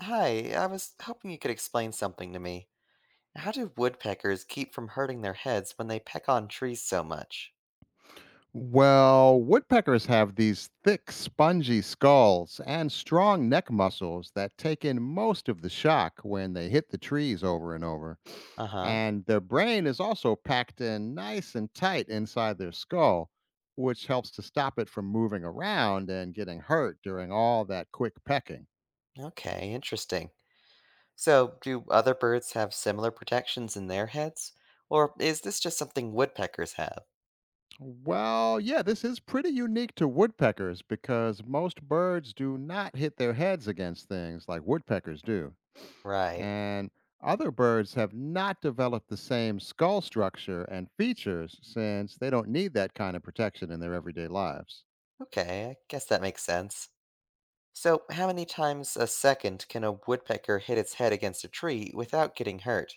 Hi, I was hoping you could explain something to me. How do woodpeckers keep from hurting their heads when they peck on trees so much? Well, woodpeckers have these thick, spongy skulls and strong neck muscles that take in most of the shock when they hit the trees over and over. Uh huh. And their brain is also packed in nice and tight inside their skull, which helps to stop it from moving around and getting hurt during all that quick pecking. Okay, interesting. So, do other birds have similar protections in their heads? Or is this just something woodpeckers have? Well, yeah, this is pretty unique to woodpeckers because most birds do not hit their heads against things like woodpeckers do. Right. And other birds have not developed the same skull structure and features since they don't need that kind of protection in their everyday lives. Okay, I guess that makes sense. So, how many times a second can a woodpecker hit its head against a tree without getting hurt?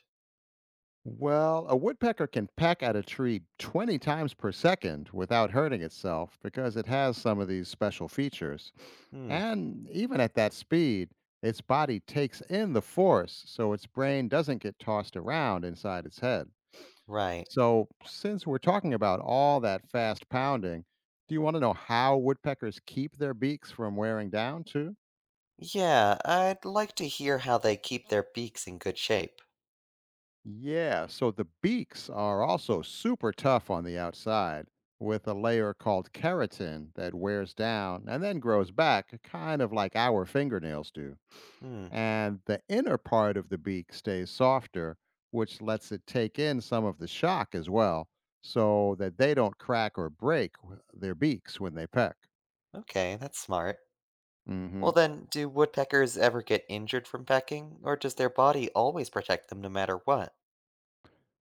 Well, a woodpecker can peck at a tree 20 times per second without hurting itself because it has some of these special features. Hmm, And even at that speed, its body takes in the force so its brain doesn't get tossed around inside its head. right. So, since we're talking about all that fast pounding, do you want to know how woodpeckers keep their beaks from wearing down too? Yeah, I'd like to hear how they keep their beaks in good shape. Yeah, so the beaks are also super tough on the outside with a layer called keratin that wears down and then grows back, kind of like our fingernails do. Hmm. And the inner part of the beak stays softer, which lets it take in some of the shock as well, so that they don't crack or break their beaks when they peck. Okay, that's smart. hmm Well, then, do woodpeckers ever get injured from pecking, or does their body always protect them no matter what?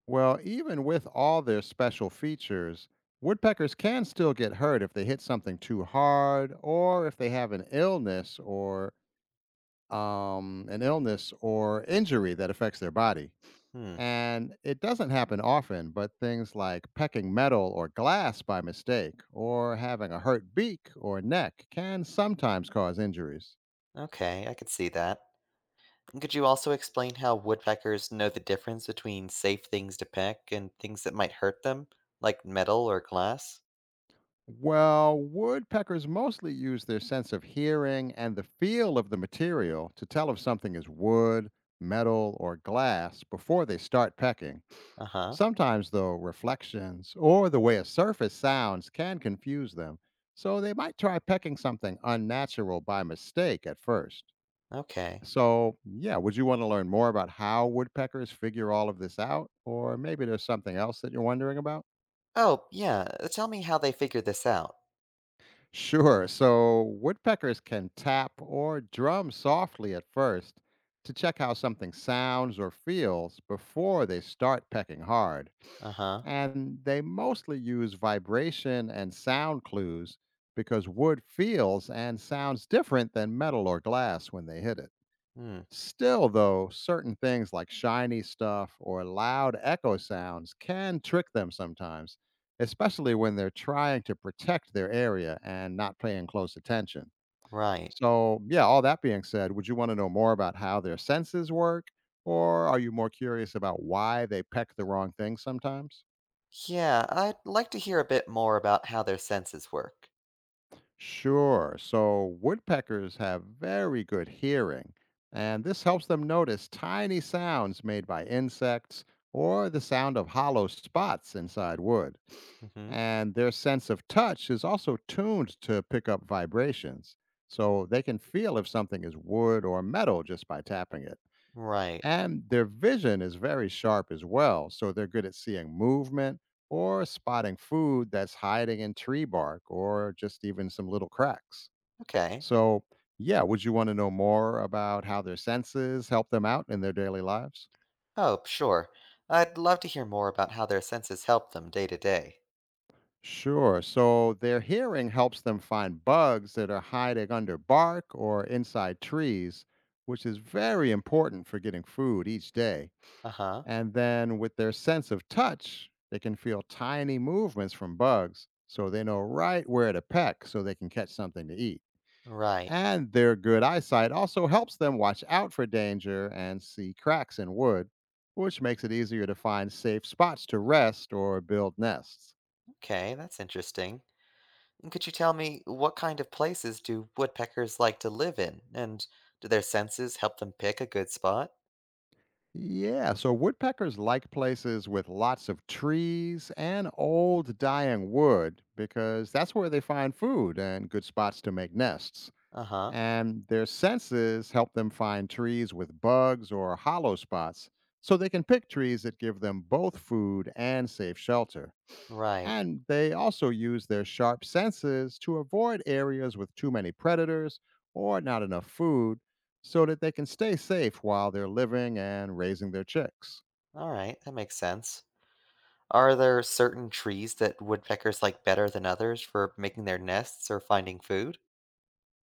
Well, even with all their special features, woodpeckers can still get hurt if they hit something too hard or if they have an illness or injury that affects their body. Hmm, And it doesn't happen often, but things like pecking metal or glass by mistake or having a hurt beak or neck can sometimes cause injuries. okay, I could see that. And could you also explain how woodpeckers know the difference between safe things to peck and things that might hurt them, like metal or glass? Well, woodpeckers mostly use their sense of hearing and the feel of the material to tell if something is wood, metal, or glass before they start pecking. Uh huh, Sometimes, though, reflections or the way a surface sounds can confuse them, so they might try pecking something unnatural by mistake at first. okay. So, yeah, would you want to learn more about how woodpeckers figure all of this out? Or maybe there's something else that you're wondering about? Oh, yeah, tell me how they figure this out. Sure. So woodpeckers can tap or drum softly at first to check how something sounds or feels before they start pecking hard. Uh huh, And they mostly use vibration and sound clues because wood feels and sounds different than metal or glass when they hit it. hmm, Still, though, certain things like shiny stuff or loud echo sounds can trick them sometimes, especially when they're trying to protect their area and not paying close attention. right. So, yeah, all that being said, would you want to know more about how their senses work? Or are you more curious about why they peck the wrong thing sometimes? Yeah, I'd like to hear a bit more about how their senses work. Sure. So woodpeckers have very good hearing, and this helps them notice tiny sounds made by insects or the sound of hollow spots inside wood. Mm hmm, And their sense of touch is also tuned to pick up vibrations, so they can feel if something is wood or metal just by tapping it. right, And their vision is very sharp as well, so they're good at seeing movement or spotting food that's hiding in tree bark or just even some little cracks. okay. So, yeah, would you want to know more about how their senses help them out in their daily lives? Oh, sure. I'd love to hear more about how their senses help them day to day. Sure. So, their hearing helps them find bugs that are hiding under bark or inside trees, which is very important for getting food each day. Uh huh. And then with their sense of touch, they can feel tiny movements from bugs, so they know right where to peck so they can catch something to eat. Right. And their good eyesight also helps them watch out for danger and see cracks in wood, which makes it easier to find safe spots to rest or build nests. Okay, that's interesting. And could you tell me what kind of places do woodpeckers like to live in? And do their senses help them pick a good spot? Yeah, so woodpeckers like places with lots of trees and old dying wood because that's where they find food and good spots to make nests. Uh huh. And their senses help them find trees with bugs or hollow spots so they can pick trees that give them both food and safe shelter. Right. And they also use their sharp senses to avoid areas with too many predators or not enough food so that they can stay safe while they're living and raising their chicks. All right, that makes sense. Are there certain trees that woodpeckers like better than others for making their nests or finding food?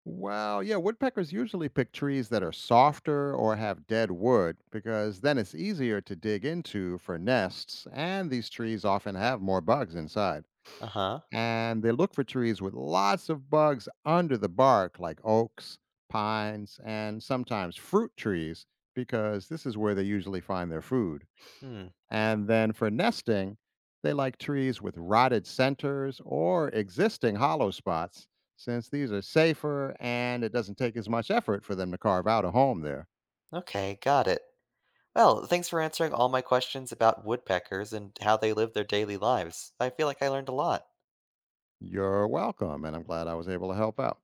Well, yeah, woodpeckers usually pick trees that are softer or have dead wood because then it's easier to dig into for nests, and these trees often have more bugs inside. Uh huh. And they look for trees with lots of bugs under the bark, like oaks, pines, and sometimes fruit trees, because this is where they usually find their food. Hmm. And then for nesting, they like trees with rotted centers or existing hollow spots, since these are safer and it doesn't take as much effort for them to carve out a home there. Okay, got it. Well, thanks for answering all my questions about woodpeckers and how they live their daily lives. I feel like I learned a lot. You're welcome, and I'm glad I was able to help out.